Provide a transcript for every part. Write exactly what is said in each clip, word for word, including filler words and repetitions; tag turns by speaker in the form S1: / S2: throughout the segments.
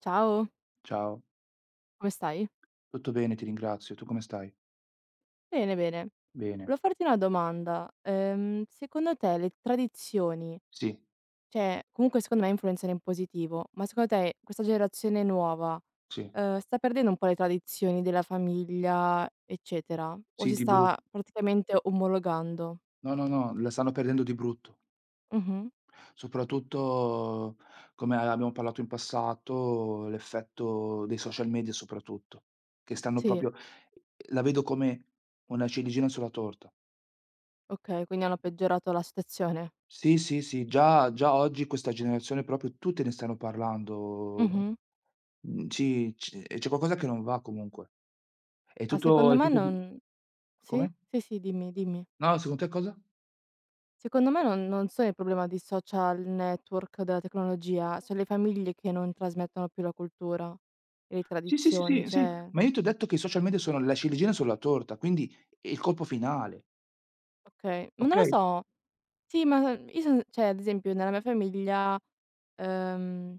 S1: Ciao,
S2: Ciao,
S1: come stai?
S2: tutto bene, ti ringrazio. Tu come stai?
S1: Bene, bene.
S2: Bene.
S1: Volevo farti una domanda. Ehm, secondo te le tradizioni,
S2: Sì,
S1: cioè comunque secondo me influenzano in positivo, ma secondo te questa generazione nuova,
S2: sì,
S1: ehm, sta perdendo un po' le tradizioni della famiglia, eccetera? O
S2: sì,
S1: si
S2: di bru
S1: sta praticamente omologando?
S2: no, no, no, la stanno perdendo di brutto.
S1: Mh-mh.
S2: Soprattutto, come abbiamo parlato in passato, l'effetto dei social media soprattutto, che stanno
S1: Sì,
S2: proprio la vedo come una ciliegina sulla torta.
S1: okay, quindi hanno peggiorato la situazione.
S2: Sì, sì, sì, già già oggi questa generazione proprio tutti ne stanno parlando.
S1: Mh-mh.
S2: Mhmm, sì, c c'è qualcosa che non va comunque. È
S1: Ma
S2: tutto
S1: secondo
S2: è
S1: me
S2: tutto di
S1: non. Sì?
S2: Come?
S1: Sì, sì, dimmi, dimmi.
S2: No, secondo te cosa?
S1: Secondo me non non sono il problema di social network, della tecnologia, sono le famiglie che non trasmettono più la cultura e le
S2: Sì, sì, sì,
S1: tradizioni,
S2: sì, sì,
S1: cioè
S2: ma io ti ho detto che i social media sono la ciliegina sulla torta, quindi è il colpo finale,
S1: okay, ma non lo
S2: okay?
S1: so. Sì, ma io son cioè ad esempio nella mia famiglia, ehm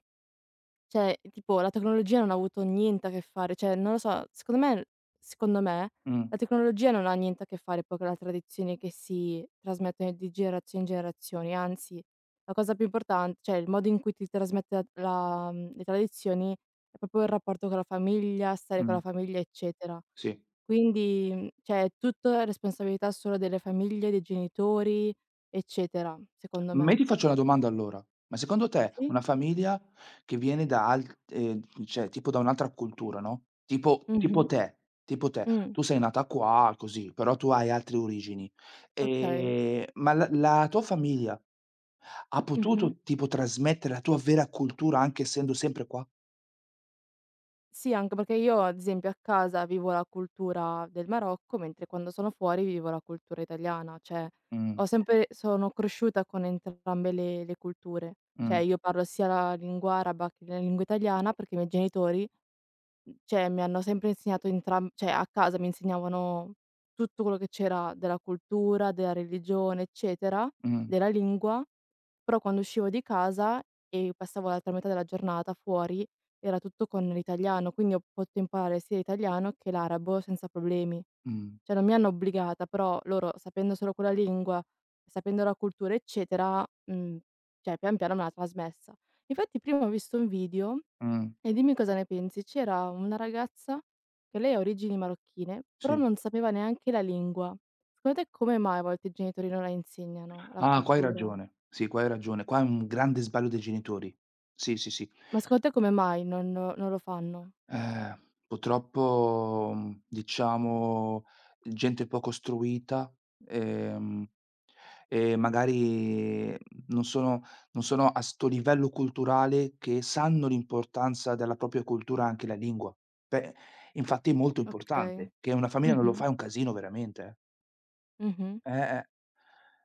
S1: cioè, tipo la tecnologia non ha avuto niente a che fare, cioè non lo so, secondo me secondo me
S2: Mh,
S1: la tecnologia non ha niente a che fare poi con la tradizione che si trasmettono di generazione in generazione, anzi la cosa più importan cioè il modo in cui ti trasmette la mhmm, le tradizioni è proprio il rapporto con la famiglia, stare con
S2: mh,
S1: la famiglia, eccetera.
S2: sì.
S1: Quindi, mhmm, cioè tutto è responsabilità solo delle famiglie, dei genitori, eccetera, secondo
S2: Ma io
S1: me.
S2: ti faccio una domanda allora: ma secondo te
S1: Sì?
S2: una famiglia che viene da alt ehm, cioè tipo da un'altra cultura, no, tipo tipo
S1: Mh-mh.
S2: te tipo te,
S1: Mh.
S2: tu sei nata qua, così, però tu hai altre origini,
S1: Okay.
S2: ehm, ma la la tua famiglia ha
S1: Mh-mh.
S2: potuto tipo trasmettere la tua vera cultura anche essendo sempre qua?
S1: Sì, anche perché io ad esempio a casa vivo la cultura del Marocco, mentre quando sono fuori vivo la cultura italiana, cioè
S2: Mh,
S1: ho sempre sono cresciuta con entrambe le le culture. Cioè
S2: mh,
S1: io parlo sia la lingua araba che la lingua italiana perché i miei genitori Mhmm, cioè mi hanno sempre insegnato entram cioè a casa mi insegnavano tutto quello che c'era della cultura, della religione, eccetera,
S2: mh,
S1: della lingua, però quando uscivo di casa e passavo l'altra metà della giornata fuori era tutto con l'italiano, quindi ho potuto imparare sia l'italiano che l'arabo senza problemi.
S2: mh,
S1: Cioè non mi hanno obbligata, però loro sapendo solo quella lingua, sapendo la cultura, eccetera, mhmm, cioè pian piano me l'ha trasmessa. Infatti prima ho visto un video
S2: mh.
S1: e dimmi cosa ne pensi. C'era una ragazza che lei ha origini marocchine, però
S2: Sì.
S1: non sapeva neanche la lingua. Secondo te come mai a volte i genitori non la insegnano, la
S2: Ah, qua hai
S1: cultura?
S2: ragione. Sì, qua hai ragione. Qua è un grande sbaglio dei genitori. Sì, sì, sì.
S1: Ma secondo te come mai non non lo fanno?
S2: Ehm, Purtroppo, mhmm, diciamo, gente poco istruita, ehm, e magari, mhmm, non sono non sono a 'sto livello culturale che sanno l'importanza della propria cultura, anche la lingua. Beh, infatti è molto
S1: Okay.
S2: importante, che una famiglia non lo
S1: Mh-mh,
S2: fa è un casino veramente, eh.
S1: mh-mh.
S2: Eh, eh.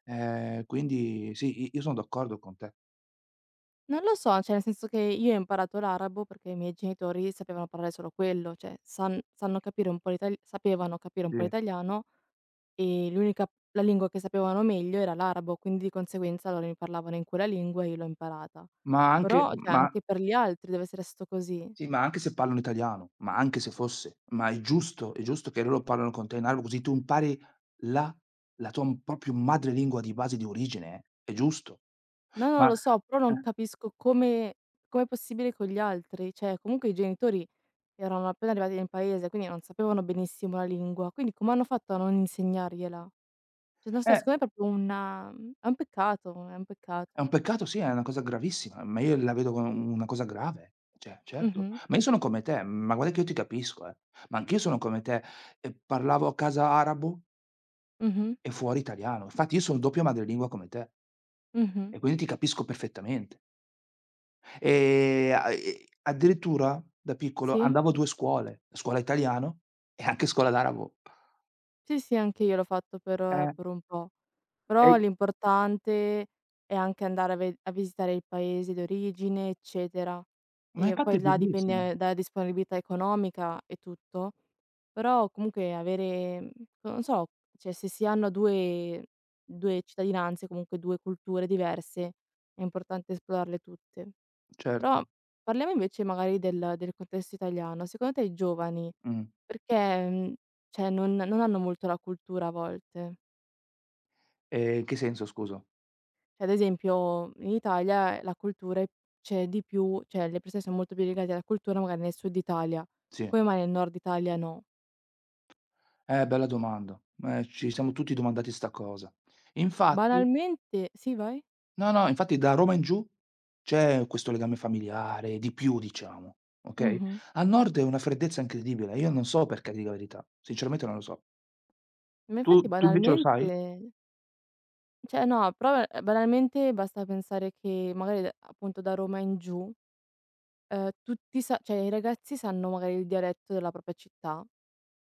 S2: Ehm, quindi sì, i io son d'accordo con te.
S1: Non lo so, cioè nel senso che io ho imparato l'arabo perché i miei genitori sapevano parlare solo quello, cioè san sanno capire un po' l'itali sapevano capire un po'
S2: Sì.
S1: l'italiano e l'unica la lingua che sapevano meglio era l'arabo, quindi di conseguenza loro mi parlavano in quella lingua e io l'ho imparata.
S2: Ma anche
S1: Però cioè
S2: ma
S1: anche per gli altri deve essere stato così.
S2: Sì, ma anche se parlano italiano, ma anche se fosse, ma è giusto è giusto che loro parlano con te in arabo così tu impari la la tua m proprio madrelingua di base, di origine, eh, è giusto.
S1: No, non
S2: Ma
S1: lo so, però non
S2: eh,
S1: capisco come com'è possibile con gli altri. Cioè comunque i genitori erano appena arrivati in paese, quindi non sapevano benissimo la lingua, quindi come hanno fatto a non insegnargliela? Cioè non so,
S2: eh,
S1: secondo me è proprio una mhmm, è un peccato, è un
S2: è
S1: peccato.
S2: un peccato sì, è una cosa gravissima, ma io la vedo come una cosa grave. Cioè, certo,
S1: Mh-mh,
S2: ma io sono come te, ma guarda che io ti capisco, eh, ma anch'io sono come te e parlavo a casa arabo
S1: mh-mh,
S2: e fuori italiano. Infatti io sono doppia madrelingua come te
S1: mh-mh.
S2: e quindi ti capisco perfettamente. Ehm, a e Addirittura da piccolo
S1: Sì.
S2: andavo a due scuole, scuola italiano e anche scuola d'arabo.
S1: Sì, sì, anche io l'ho fatto per eh,
S2: Eh,
S1: per un po',
S2: e
S1: però l'importante è anche andare a ve a visitare il paese d'origine, eccetera.
S2: ma
S1: E
S2: Infatti è
S1: poi là
S2: bellissimo.
S1: dipende dalla disponibilità economica e tutto, però comunque avere mhmm, non so, cioè se si hanno 2- 2 cittadinanze, comunque due culture diverse, è importante esplorarle tutte.
S2: Certo.
S1: Però parliamo invece magari del del contesto italiano. Secondo te i giovani
S2: Mh.
S1: perché, mhmm, cioè non non hanno molto la cultura a volte?
S2: Ehm, in che senso scusa?
S1: Cioè ad esempio in Italia la cultura è c'è di più cioè le persone sono molto più legate alla cultura magari nel sud Italia.
S2: Sì.
S1: Come mai nel nord Italia no?
S2: Eh, bella domanda. Eh, ci siamo tutti domandati 'sta cosa. Infatti
S1: Banalmente sì, vai?
S2: No, no, infatti da Roma in giù c'è questo legame familiare, di più diciamo, okay?
S1: Mh-mh.
S2: Al nord è una freddezza incredibile, io non so perché, ti dico la verità, sinceramente non lo so.
S1: Ma
S2: Tu
S1: infatti
S2: tu invece lo sai?
S1: banalmente cioè no, però eh, banalmente basta pensare che magari da- appunto da Roma in giù. Ehm, tutti sa cioè i ragazzi sanno magari il dialetto della propria città,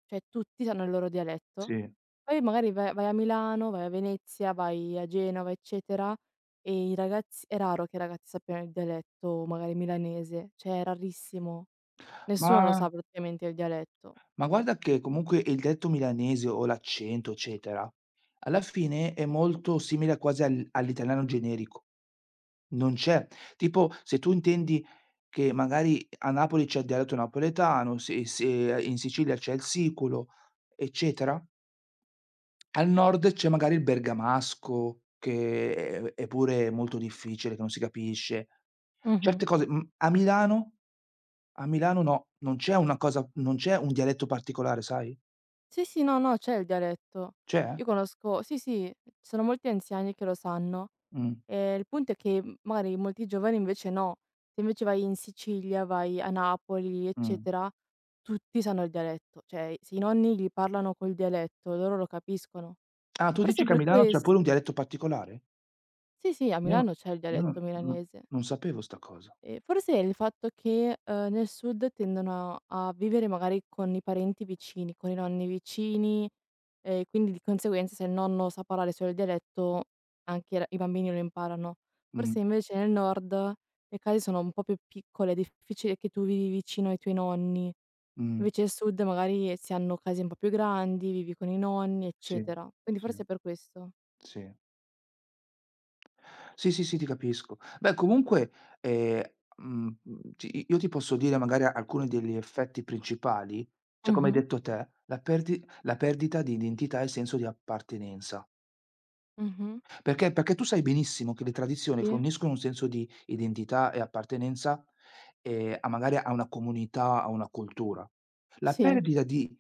S1: cioè tutti sanno il loro dialetto.
S2: Sì.
S1: Poi magari vai vai a Milano, vai a Venezia, vai a Genova, eccetera, e i ragazzi è raro che i ragazzi sappiano il dialetto magari milanese, cioè è rarissimo. Nessuno lo
S2: Ma
S1: sa praticamente il dialetto.
S2: Ma guarda che comunque il detto milanese o l'accento, eccetera, alla fine è molto simile quasi al all'italiano generico. Non c'è Tipo se tu intendi che magari a Napoli c'è il dialetto napoletano, se se in Sicilia c'è il siculo, eccetera, al nord c'è magari il bergamasco che è è pure molto difficile, che non si capisce. Certe
S1: Mh-mh.
S2: cose mhmm, a Milano, a Milano no, non c'è una cosa non c'è un dialetto particolare, sai?
S1: Sì, sì, no, no, c'è il dialetto.
S2: C'è?
S1: Io conosco, sì, sì, ci sono molti anziani che lo sanno.
S2: Mh.
S1: Ehm, il punto è che, mhmm, magari molti giovani invece no. Se invece vai in Sicilia, vai a Napoli,
S2: Mh.
S1: eccetera, tutti sanno il dialetto. Cioè, se i nonni gli parlano col dialetto, loro lo capiscono.
S2: Ah, tu dici
S1: Forse
S2: che a
S1: per
S2: Milano c'è
S1: ques
S2: pure un dialetto particolare?
S1: sì, sì, a
S2: Io no
S1: Milano c'è il
S2: io non
S1: dialetto
S2: no
S1: milanese.
S2: non sapevo sta cosa.
S1: Ehm, forse il fatto che, uhm, nel sud tendono a vivere magari con i parenti vicini, con i nonni vicini, e quindi di conseguenza se il nonno sa parlare solo il dialetto anche r i bambini lo imparano.
S2: Mh,
S1: Forse invece nel nord le case sono un po' più piccole, è difficile che tu vivi vicino ai tuoi nonni.
S2: mh.
S1: Invece al sud magari si hanno case un po' più grandi, vivi con i nonni,
S2: Sì,
S1: eccetera. Quindi
S2: sì,
S1: forse è per questo.
S2: sì. Sì, sì, sì, ti capisco. Beh, comunque, ehm, mhmm, ti io ti posso dire magari alcuni degli effetti principali, cioè come hai
S1: Mh-mh,
S2: detto te, la perdi la perdita di identità e senso di appartenenza.
S1: mh-mh.
S2: Perché perché tu sai benissimo che le tradizioni
S1: Sì,
S2: forniscono un senso di identità e appartenenza, ehm, a magari a una comunità, a una cultura. La
S1: sì,
S2: perdita di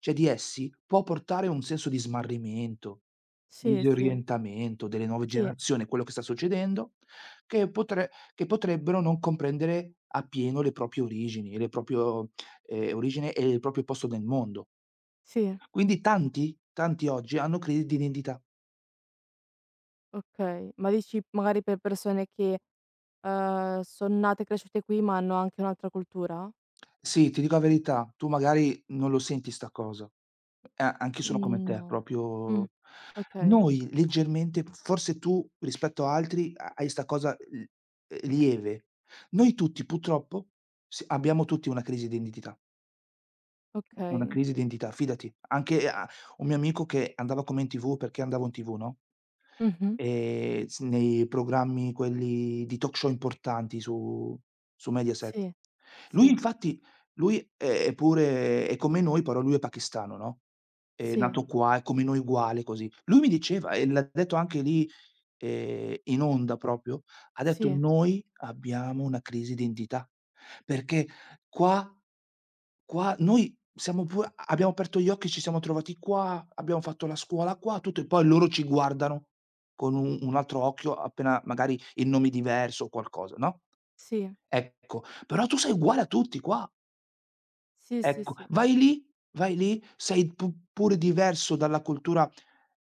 S2: cioè di essi può portare a un senso di smarrimento,
S1: sì, sì,
S2: disorientamento delle nuove
S1: sì,
S2: generazioni, quello che sta succedendo, che potre che potrebbero non comprendere appieno le proprie origini, le proprio ehm, origine e il proprio posto nel mondo.
S1: sì.
S2: Quindi tanti, tanti oggi hanno crisi di identità.
S1: Okay, ma dici magari per persone che, ehm, son nate e cresciute qui, ma hanno anche un'altra cultura?
S2: Sì, ti dico la verità, tu magari non lo senti 'sta cosa. A anch'io sono come
S1: Mhmm,
S2: te,
S1: no. Mh,
S2: proprio
S1: okay,
S2: noi leggermente, forse tu rispetto a altri ha hai 'sta cosa l eh, lieve. Noi tutti purtroppo s abbiamo tutti una crisi di identità, una
S1: okay.
S2: crisi di identità, fidati. Anche a un mio amico che andava con me in T V perché andavo in T V, no?
S1: Mh-mh.
S2: Ehm, s Nei programmi quelli di talk show importanti su su Mediaset.
S1: Sì,
S2: Lui
S1: sì,
S2: infatti lui è è pure è come noi, però lui è pakistano, no, è
S1: sì,
S2: nato qua, è come noi uguale così. Lui mi diceva, e l'ha detto anche lì, ehm, in onda proprio, ha detto:
S1: sì,
S2: "Noi abbiamo una crisi d'identità, perché qua". Qua noi siamo pure a abbiamo aperto gli occhi, ci siamo trovati qua, abbiamo fatto la scuola qua, tutto e poi loro ci guardano con un un altro occhio appena magari il nome è diverso o qualcosa, no,
S1: sì,
S2: ecco. Però tu sei uguale a tutti qua,
S1: sì, sì,
S2: ecco.
S1: sì,
S2: Vai lì vai lì, sei pu pure diverso dalla cultura,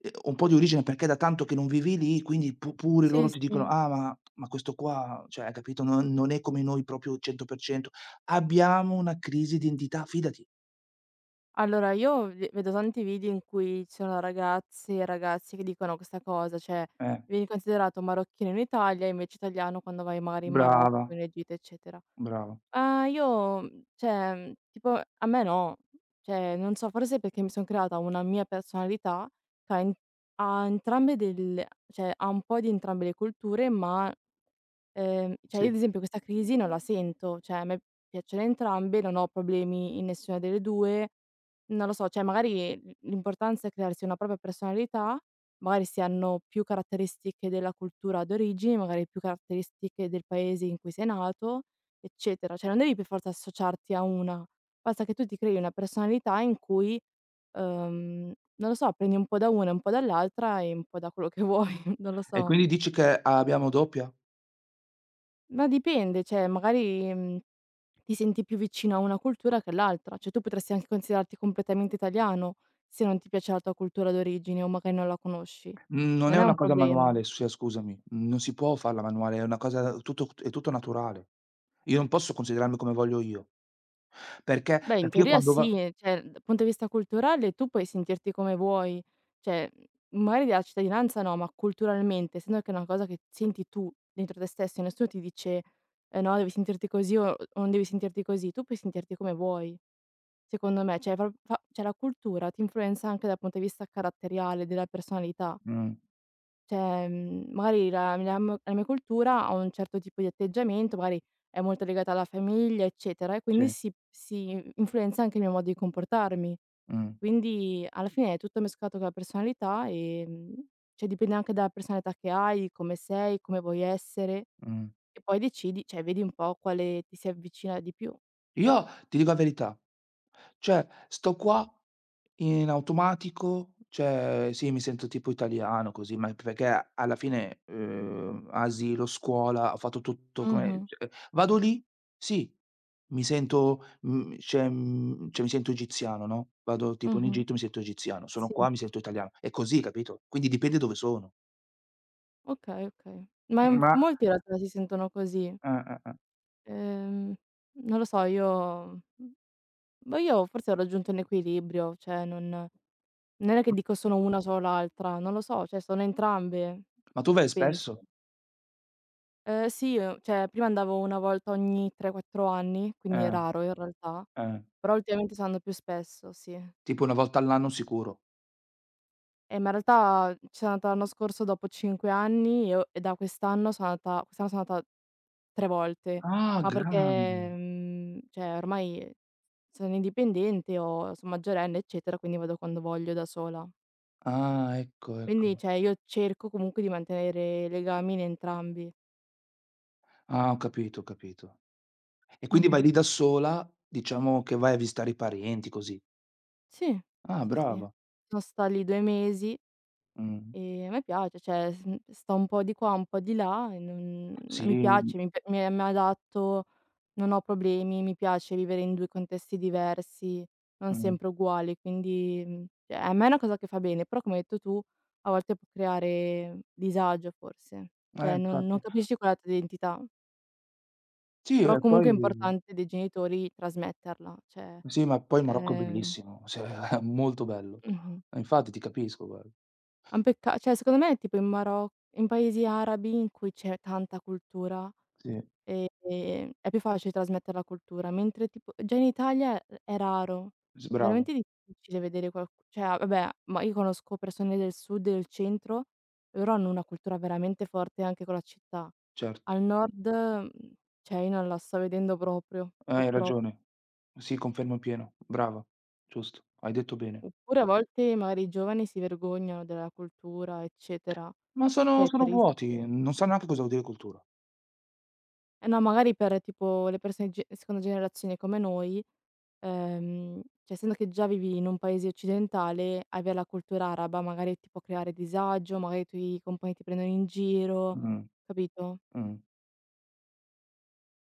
S2: ehm, un po' di origine perché è da tanto che non vivi lì, quindi pu pure loro
S1: sì,
S2: ti dicono:
S1: sì.
S2: "Ah, ma ma questo qua, cioè, hai capito, non non è come noi proprio cento per cento." Abbiamo una crisi di identità, fidati,
S1: Allora io ve vedo tanti video in cui ci sono ragazze e ragazzi che dicono questa cosa, cioè
S2: eh.
S1: vieni considerato marocchino in Italia, invece italiano quando vai magari in Marocco,
S2: Brava,
S1: in Egitto, eccetera.
S2: brava,
S1: Ah, io, mhmm, cioè, mhmm, tipo a me no. Cioè, non so, forse perché mi son creata una mia personalità che ha en ha entrambe del cioè, ha un po' di entrambe le culture, ma Ehm, cioè io
S2: sì.
S1: ad esempio questa crisi non la sento, cioè a me piacciono entrambe, non ho problemi in nessuna delle due, non lo so, cioè magari l l'importanza è crearsi una propria personalità, magari si hanno più caratteristiche della cultura d'origine, magari più caratteristiche del paese in cui sei nato, eccetera. Cioè non devi per forza associarti a una, basta che tu ti crei una personalità in cui, ehm, non lo so, prendi un po' da una, un po' dall'altra e un po' da quello che vuoi, non lo
S2: E
S1: so.
S2: quindi dici che abbiamo doppia?
S1: Ma dipende, cioè magari, mhmm, ti senti più vicino a una cultura che all'altra, cioè tu potresti anche considerarti completamente italiano, se non ti piace la tua cultura d'origine o magari non la conosci.
S2: Mhmm, Non è
S1: Non è
S2: una
S1: un
S2: cosa
S1: problema.
S2: manuale, sia scusami, non si può farla manuale, è una cosa tutto è tutto naturale. Io non posso considerarmi come voglio io, perché
S1: Beh, in
S2: perché io
S1: teoria
S2: quando
S1: sì,
S2: va
S1: ehm, cioè dal punto di vista culturale tu puoi sentirti come vuoi, cioè, mhmm, magari della cittadinanza no, ma culturalmente, essendo che è una cosa che senti tu dentro te stesso e nessuno ti dice: "Eh no, devi sentirti così o o non devi sentirti così", tu puoi sentirti come vuoi. Secondo me, cioè pro fa cioè la cultura ti influenza anche dal punto di vista caratteriale, della personalità.
S2: mh,
S1: Cioè, mhmm, magari la la m la mia cultura ha un certo tipo di atteggiamento, magari è molto legata alla famiglia, eccetera, e
S2: sì,
S1: quindi si si influenza anche il mio modo di comportarmi.
S2: mh,
S1: Quindi alla fine è tutto mescolato con la personalità, ehm, cioè dipende anche dalla personalità che hai, come sei, come vuoi essere
S2: mh.
S1: e poi decidi cioè vedi un po' quale ti si avvicina di più.
S2: Io ti dico la verità, cioè sto qua in automatico, cioè sì, mi sento tipo italiano così, ma perché alla fine, uhm, asilo, scuola, ho fatto tutto come
S1: Mh-mh,
S2: cioè vado lì, sì, mi sento, mhmm, cioè mhmm, cioè mi sento egiziano, no, vado tipo in
S1: mh-mh.
S2: Egitto, mi sento egiziano, sono
S1: Sì.
S2: qua, mi sento italiano. È così, capito? Quindi dipende dove sono.
S1: Okay, okay. Ma, mhmm,
S2: Ma
S1: molti in realtà si sentono così.
S2: eh, eh, eh.
S1: Ehm, non lo so, io boh, io forse ho raggiunto un equilibrio, cioè non non è che dico sono una sono l'altra, non lo so, cioè sono entrambe,
S2: Ma tu vai
S1: penso.
S2: spesso?
S1: Ehm, sì, uhm, cioè prima andavo una volta ogni tre, quattro anni, quindi è
S2: Eh,
S1: raro in realtà,
S2: eh.
S1: però ultimamente sto andando più spesso, sì.
S2: Tipo una volta all'anno sicuro.
S1: Eh, ma in realtà ci sono andata l'anno scorso dopo cinque anni e o e da quest'anno sono andata quest'anno sono andata tre volte,
S2: Ah,
S1: ma perché,
S2: grande.
S1: mhmm, cioè ormai sono indipendente o son maggiorenne, eccetera, quindi vado quando voglio da sola.
S2: Ah, ecco, ecco.
S1: Quindi, cioè, io cerco comunque di mantenere legami in entrambi.
S2: Ah, ho capito, ho capito. E quindi vai
S1: Mh-mh.
S2: lì da sola, diciamo che vai a visitare i parenti, così.
S1: Sì,
S2: Ah,
S1: sì, sì.
S2: brava.
S1: Sono stata lì due mesi.
S2: Mh.
S1: Ehm, a me piace, cioè, s mhmm, sto un po' di qua, un po' di là e non mi
S2: Sì, mh,
S1: piace, mi p mi mi adatto, non ho problemi, mi piace vivere in due contesti diversi, non
S2: mh.
S1: sempre uguali, quindi, mhmm, cioè a me è una cosa che fa bene, però come hai detto tu, a volte può creare disagio forse.
S2: Eh,
S1: Cioè non non
S2: infatti.
S1: capisci qual è la tua identità,
S2: Sì,
S1: però
S2: e
S1: comunque
S2: poi
S1: è importante dei genitori trasmetterla, cioè,
S2: sì, ma poi il Marocco è
S1: ehm
S2: bellissimo, sì, molto bello.
S1: mh-mh.
S2: Eh, infatti ti capisco, guarda.
S1: È un pecca cioè secondo me tipo in Maroc in paesi arabi in cui c'è tanta cultura.
S2: Sì,
S1: Ehm, ehm, è più facile trasmettere la cultura, mentre tipo già in Italia è è raro,
S2: s
S1: è
S2: brava,
S1: veramente difficile vedere qualc cioè ah, vabbè, ma io conosco persone del sud e del centro, loro hanno una cultura veramente forte anche con la città.
S2: certo.
S1: Al nord, mhmm, cioè io non la sto vedendo proprio,
S2: Eh, hai
S1: purtroppo.
S2: ragione. Sì, confermo pieno. Brava, giusto, hai detto bene.
S1: Oppure a volte magari i giovani si vergognano della cultura, eccetera,
S2: Ma
S1: che
S2: sono
S1: è
S2: sono vuoti,
S1: triste.
S2: non sanno neanche cosa vuol dire cultura.
S1: Eh no, magari per tipo le persone di ge seconda generazione come noi, ehm, cioè essendo che già vivi in un paese occidentale, avere la cultura araba magari ti può creare disagio, magari i tuoi compagni ti prendono in giro,
S2: Mh,
S1: capito?
S2: mh.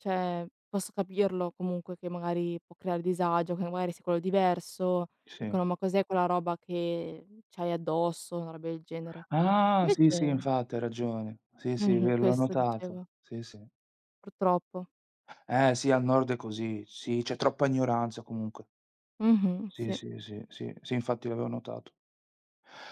S1: Cioè, posso capirlo comunque che magari può creare disagio, che magari sei quello diverso,
S2: Sì.
S1: dicono: "Ma cos'è quella roba che c'hai addosso?" Una roba del genere.
S2: Ah, sì, sì,
S1: Invece,
S2: infatti hai ragione. Sì, sì, è
S1: mh-mh,
S2: vero, l'ho
S1: questo
S2: notato.
S1: dicevo,
S2: Sì, sì.
S1: purtroppo.
S2: Eh, sì, al nord è così. Sì, c'è troppa ignoranza comunque.
S1: Mh-mh,
S2: Sì,
S1: sì.
S2: sì, sì, sì, sì, infatti l'avevo notato.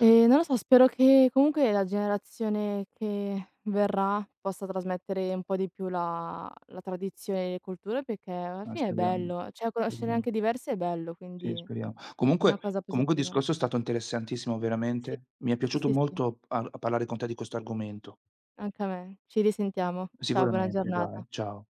S1: Ehm, non lo so, spero che comunque la generazione che verrà possa trasmettere un po' di più la la tradizione e le culture, perché alla
S2: Eh,
S1: fine è
S2: speriamo.
S1: bello, cioè conoscerne
S2: Speriamo.
S1: anche diverse è bello,
S2: Sì,
S1: quindi è
S2: speriamo.
S1: una
S2: Comunque
S1: cosa
S2: comunque il
S1: positiva.
S2: discorso è stato interessantissimo
S1: Sì.
S2: veramente. Mi è
S1: Sì,
S2: piaciuto
S1: sì, sì,
S2: molto par parlare con te di questo argomento.
S1: anche a me. Ci risentiamo. Ciao, buona
S2: Sicuramente,
S1: giornata.
S2: dai. Ciao.